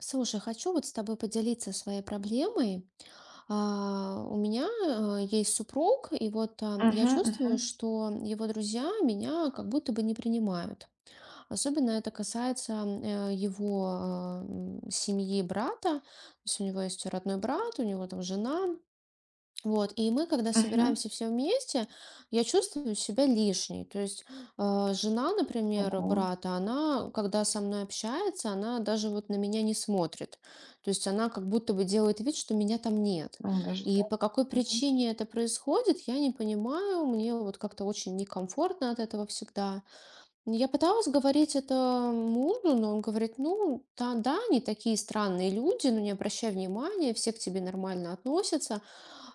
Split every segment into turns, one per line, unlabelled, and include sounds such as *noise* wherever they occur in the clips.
Слушай, хочу вот с тобой поделиться своей проблемой. У меня есть супруг, и вот я
Мгм, мгм,
чувствую, что его друзья меня как будто бы не принимают. Особенно это касается его семьи брата. То есть у него есть родной брат, у него там жена. Вот, и мы, когда
мгм.
собираемся все вместе, я чувствую себя лишней. То есть жена, например,
Ого,
брата, она, когда со мной общается, она даже вот на меня не смотрит. То есть она как будто бы делает вид, что меня там нет.
ну даже
И
так.
по какой
Мгм,
причине это происходит, я не понимаю. Мне вот как-то очень некомфортно от этого всегда. Я пыталась говорить это мужу, но он говорит, ну, да, да, они такие странные люди, но не обращай внимания, все к тебе нормально относятся.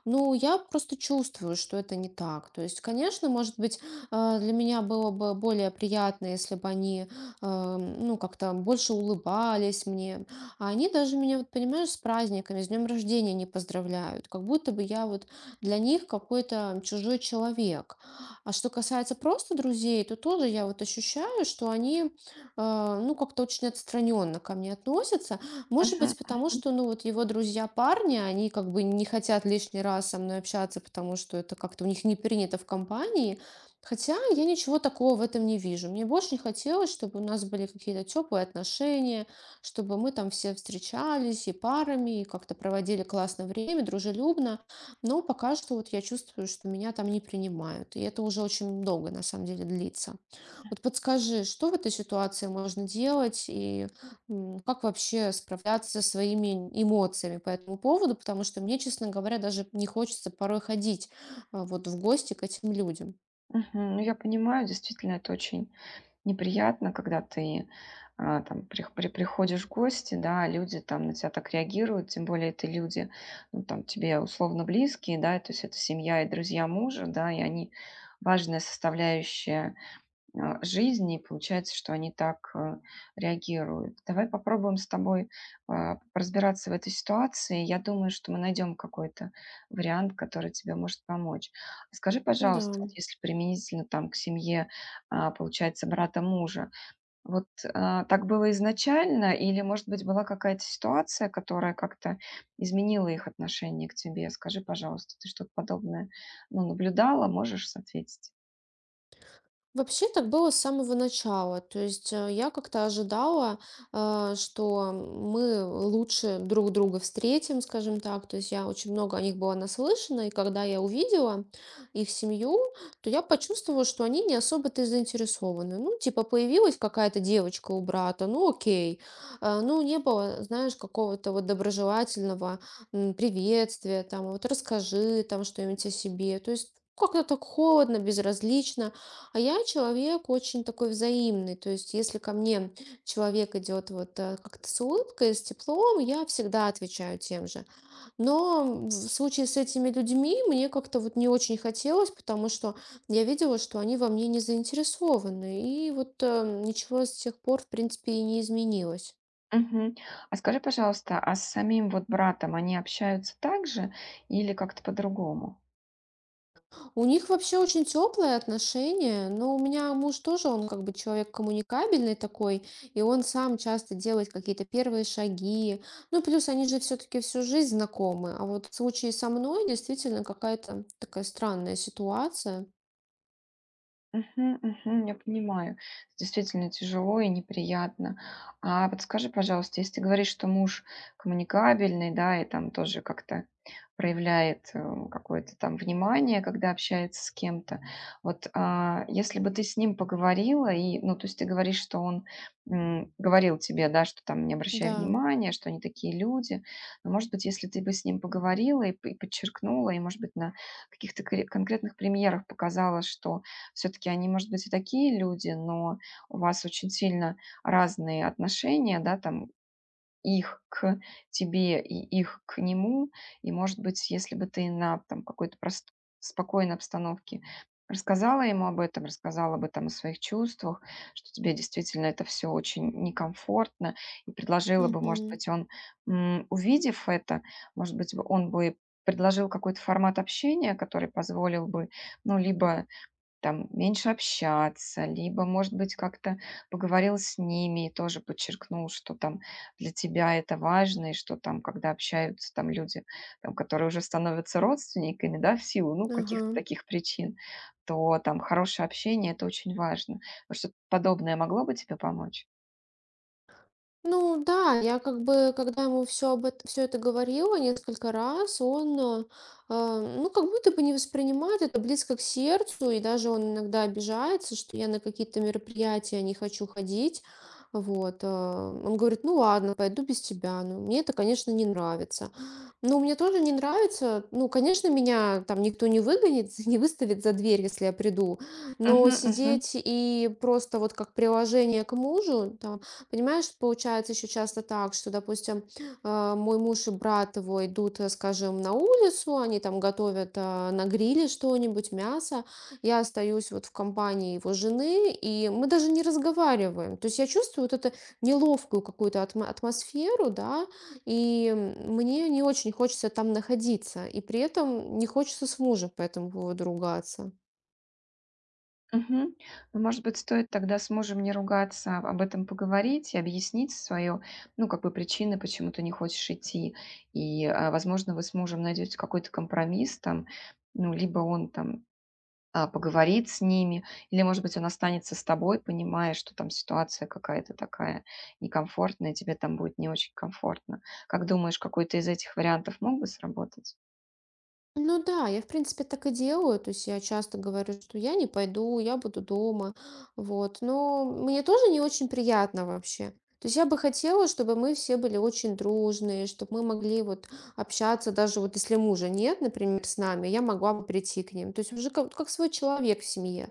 Ну, я просто чувствую, что это не так. То есть, конечно, может быть, для меня было бы более приятно, если бы они, ну, как-то больше улыбались мне. А они даже меня, вот, понимаешь, с праздниками, с днем рождения не поздравляют. Как будто бы я вот для них какой-то чужой человек. А что касается просто друзей, то тоже я вот ощущаю, что они, ну, как-то очень отстраненно ко мне относятся. Может
мгм,
быть, потому
мгм,
что, ну, вот его друзья-парни, они как бы не хотят лишний раз со мной общаться, потому что это как-то у них не принято в компании. Хотя я ничего такого в этом не вижу. Мне бы очень хотелось, чтобы у нас были какие-то теплые отношения, чтобы мы там все встречались и парами, и как-то проводили классное время, дружелюбно. Но пока что вот я чувствую, что меня там не принимают. И это уже очень долго, на самом деле, длится. Вот подскажи, что в этой ситуации можно делать и как вообще справляться со своими эмоциями по этому поводу? Потому что мне, честно говоря, даже не хочется порой ходить вот в гости к этим людям.
мгм. Ну, я понимаю, действительно, это очень неприятно, когда ты, там приходишь в гости, да, люди там на тебя так реагируют, тем более это люди, ну, там тебе условно близкие, да, то есть это семья и друзья мужа, да, и они важная составляющая жизни, и получается, что они так реагируют. Давай попробуем с тобой разбираться в этой ситуации. Я думаю, что мы найдем какой-то вариант, который тебе может помочь. Скажи,
Да.
пожалуйста, вот если применительно там к семье, получается, брата мужа, вот так было изначально, или, может быть, была какая-то ситуация, которая как-то изменила их отношение к тебе? Скажи, пожалуйста, ты что-то подобное ну, наблюдала, можешь ответить?
Вообще так было с самого начала. То есть я как-то ожидала, что мы лучше друг друга встретим, скажем так. То есть я очень много о них была наслышана, и когда я увидела их семью, то я почувствовала, что они не особо-то и заинтересованы. Ну, типа появилась какая-то девочка у брата, ну окей. Ну, не было, знаешь, какого-то вот доброжелательного приветствия, там, вот расскажи там что-нибудь о себе. То есть как-то так холодно, безразлично. А я человек очень такой взаимный, то есть если ко мне человек идет вот как-то с улыбкой, с теплом, я всегда отвечаю тем же. Но в случае с этими людьми мне как-то вот не очень хотелось, потому что я видела, что они во мне не заинтересованы, и вот ничего с тех пор, в принципе, и не изменилось.
Мгм. А скажи, пожалуйста, а с самим вот братом они общаются так же или как-то по-другому?
У них вообще очень теплые отношения, но у меня муж тоже, он как бы человек коммуникабельный такой, и он сам часто делает какие-то первые шаги. Ну, плюс они же все-таки всю жизнь знакомы, а вот в случае со мной действительно какая-то такая странная ситуация.
Мгм, мгм. Я понимаю, действительно тяжело и неприятно. А подскажи, пожалуйста, если ты говоришь, что муж коммуникабельный, да, и там тоже как-то проявляет какое-то там внимание, когда общается с кем-то. Вот если бы ты с ним поговорила, и, ну, то есть ты говоришь, что он говорил тебе, да, что там не обращай
Да.
внимания, что они такие люди. Но, может быть, если ты бы с ним поговорила и, и подчеркнула, и, может быть, на каких-то конкретных примерах показала, что все таки они, может быть, и такие люди, но у вас очень сильно разные отношения, да, там их к тебе и их к нему. И, может быть, если бы ты на там какой-то прост спокойной обстановке рассказала ему об этом, рассказала бы там о своих чувствах, что тебе действительно это все очень некомфортно, и предложила бы, может
Мгм.
быть, он, увидев это, может быть, бы он бы предложил какой-то формат общения, который позволил бы, ну, либо там меньше общаться, либо, может быть, как-то поговорил с ними и тоже подчеркнул, что там для тебя это важно, и что там, когда общаются там люди, там, которые уже становятся родственниками, да, в силу, ну,
Ага.
каких-то таких причин, то там хорошее общение это очень важно. Вот что-то подобное могло бы тебе помочь?
Ну да, я как бы, когда ему все все это говорила несколько раз, он, ну, как будто бы не воспринимает это близко к сердцу, и даже он иногда обижается, что я на какие-то мероприятия не хочу ходить. Вот, он говорит, ну ладно, пойду без тебя, ну, мне это, конечно, не нравится. Но мне тоже не нравится, ну, конечно, меня там никто не выгонит, *laughs* не выставит за дверь, если я приду, но
Мгм, мгм.
сидеть и просто вот как приложение к мужу, да. Понимаешь, получается еще часто так, что, допустим, мой муж и брат его идут, скажем, на улицу, они там готовят на гриле что-нибудь, мясо. Я остаюсь вот в компании его жены, и мы даже не разговариваем. То есть я чувствую вот эту неловкую какую-то атмосферу, да, и мне не очень хочется там находиться, и при этом не хочется с мужем по этому поводу ругаться.
Мгм. Ну, может быть, стоит тогда с мужем не ругаться, об этом поговорить и объяснить свою, ну, как бы причины, почему ты не хочешь идти. И, возможно, вы с мужем найдете какой-то компромисс там, ну, либо он там поговорит с ними, или, может быть, он останется с тобой, понимая, что там ситуация какая-то такая некомфортная, тебе там будет не очень комфортно. Как думаешь, какой-то из этих вариантов мог бы сработать?
Ну да, я в принципе так и делаю. То есть я часто говорю, что я не пойду, я буду дома. Вот. Но мне тоже не очень приятно вообще. То есть я бы хотела, чтобы мы все были очень дружные, чтобы мы могли вот общаться, даже вот если мужа нет, например, с нами, я могла бы прийти к ним. То есть уже как свой человек в семье.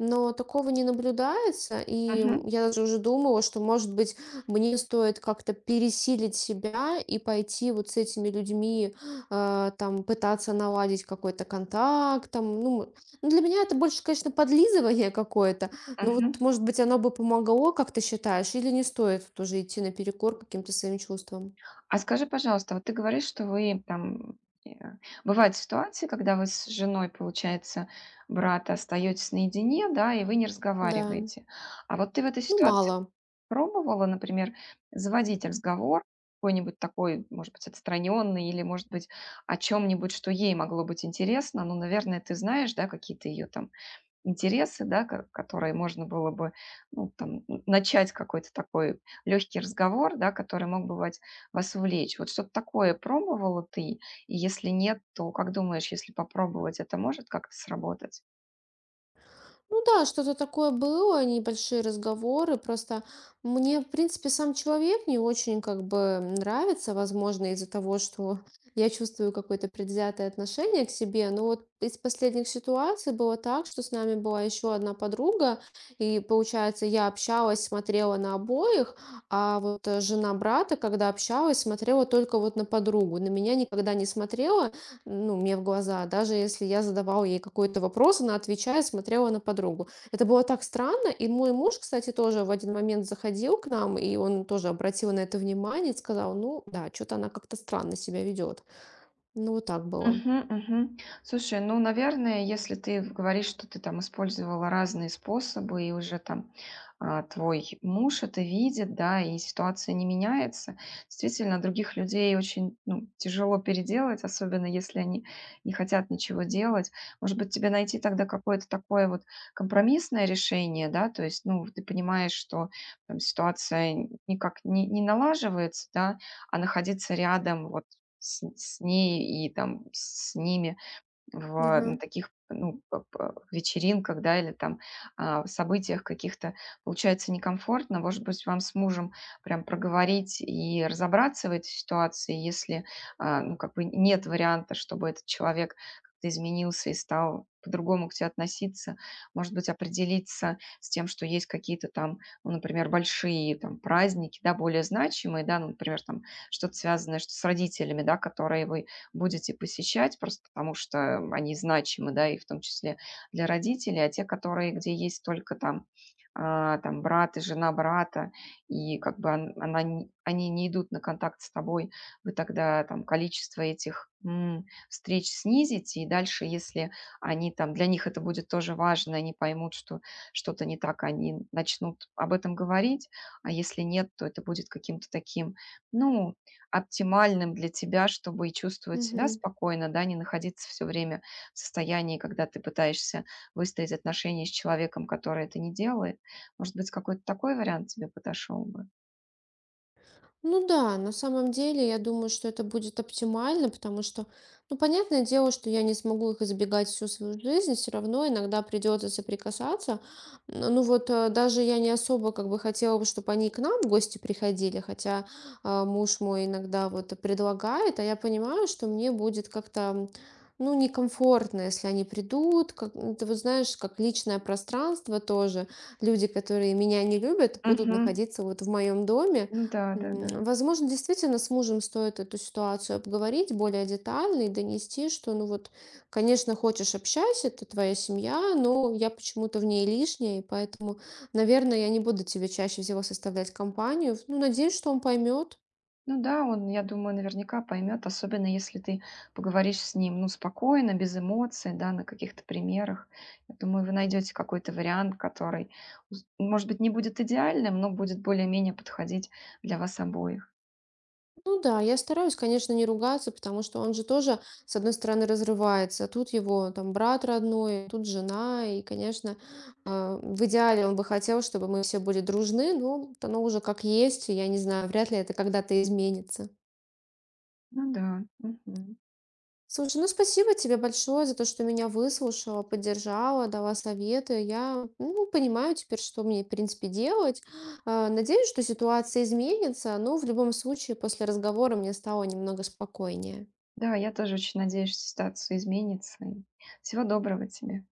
Но такого не наблюдается, и
Мгм.
я даже уже думала, что, может быть, мне стоит как-то пересилить себя и пойти вот с этими людьми там пытаться наладить какой-то контакт, там, ну, ну, для меня это больше, конечно, подлизывание какое-то, но вот,
Мгм.
может быть, оно бы помогло, как ты считаешь, или не стоит тоже идти наперекор каким-то своим чувствам?
А скажи, пожалуйста, вот ты говоришь, что вы там э, бывают ситуации, когда вы с женой, получается, брата остаетесь наедине, да, и вы не
Да,
разговариваете. А вот ты в этой
ну,
ситуации
мало.
пробовала, например, заводить разговор какой-нибудь такой, может быть, отстраненный или, может быть, о чем-нибудь, что ей могло быть интересно. Ну, наверное, ты знаешь, да, какие-то ее там интересы, да, ко которые можно было бы, ну, там, начать какой-то такой легкий разговор, да, который мог бы вать вас увлечь. Вот что-то такое пробовала ты? И если нет, то как думаешь, если попробовать, это может как-то сработать?
Ну да, что-то такое было, небольшие разговоры. Просто мне, в принципе, сам человек не очень как бы нравится, возможно, из-за того, что *laughs* я чувствую какое-то предвзятое отношение к себе. Но вот из последних ситуаций было так, что с нами была еще одна подруга, и получается, я общалась, смотрела на обоих, а вот жена брата, когда общалась, смотрела только вот на подругу, на меня никогда не смотрела ну, мне в глаза, даже если я задавала ей какой-то вопрос, она, отвечая, смотрела на подругу. Это было так странно, и мой муж, кстати, тоже в один момент заходил к нам, и он тоже обратил на это внимание и сказал, ну, да, что-то она как-то странно себя ведет. Ну, вот так было.
Мгм, мгм. Слушай, ну, наверное, если ты говоришь, что ты там использовала разные способы, и уже там твой муж это видит, да, и ситуация не меняется, действительно, других людей очень ну, тяжело переделать, особенно если они не хотят ничего делать. Может быть, тебе найти тогда какое-то такое вот компромиссное решение, да, то есть, ну, ты понимаешь, что там ситуация никак не, не налаживается, да, а находиться рядом, вот с ней и там с ними в
Ага.
на таких, ну, п п вечеринках, да, или там, в событиях каких-то получается некомфортно. Может быть, вам с мужем прям проговорить и разобраться в этой ситуации, если, ну, как бы нет варианта, чтобы этот человек как-то изменился и стал по-другому к тебе относиться. Может быть, определиться с тем, что есть какие-то там, ну, например, большие там праздники, да, более значимые, да, ну, например, там что-то связанное что с родителями, да, которые вы будете посещать, просто потому что они значимы, да, и в том числе для родителей, а те, которые, где есть только там, там брат и жена брата, и как бы она, они не идут на контакт с тобой, вы тогда там количество этих встреч снизите, и дальше, если они там, для них это будет тоже важно, они поймут, что что-то не так, они начнут об этом говорить, а если нет, то это будет каким-то таким, ну, оптимальным для тебя, чтобы и чувствовать себя
Мгм.
спокойно, да, не находиться все время в состоянии, когда ты пытаешься выстроить отношения с человеком, который это не делает. Может быть, какой-то такой вариант тебе подошел бы?
Ну да, на самом деле я думаю, что это будет оптимально, потому что, ну, понятное дело, что я не смогу их избегать всю свою жизнь, все равно иногда придется соприкасаться. Ну вот даже я не особо как бы хотела бы, чтобы они к нам в гости приходили, хотя муж мой иногда вот предлагает, а я понимаю, что мне будет как-то, ну, некомфортно, если они придут, как, ну, ты вот знаешь, как личное пространство тоже. Люди, которые меня не любят, будут
Мгм.
находиться вот в моем доме.
Ну да, да-да.
Возможно, действительно с мужем стоит эту ситуацию обговорить более детально и донести, что, ну вот, конечно, хочешь общайся, это твоя семья, но я почему-то в ней лишняя, и поэтому, наверное, я не буду тебе чаще всего составлять компанию. Ну, надеюсь, что он поймет.
Ну да, он, я думаю, наверняка поймет, особенно если ты поговоришь с ним, ну, спокойно, без эмоций, да, на каких-то примерах. Я думаю, вы найдете какой-то вариант, который, з может быть, не будет идеальным, но будет более-менее подходить для вас обоих.
Ну да, я стараюсь, конечно, не ругаться, потому что он же тоже, с одной стороны, разрывается. Тут его там брат родной, тут жена, и, конечно, в идеале он бы хотел, чтобы мы все были дружны, но вот оно уже как есть, и я не знаю, вряд ли это когда-то изменится.
Ну да, мгм.
Слушай, ну спасибо тебе большое за то, что меня выслушала, поддержала, дала советы. Я, ну, понимаю теперь, что мне, в принципе, делать. Надеюсь, что ситуация изменится, но в любом случае после разговора мне стало немного спокойнее.
Да, я тоже очень надеюсь, что ситуация изменится. И всего доброго тебе.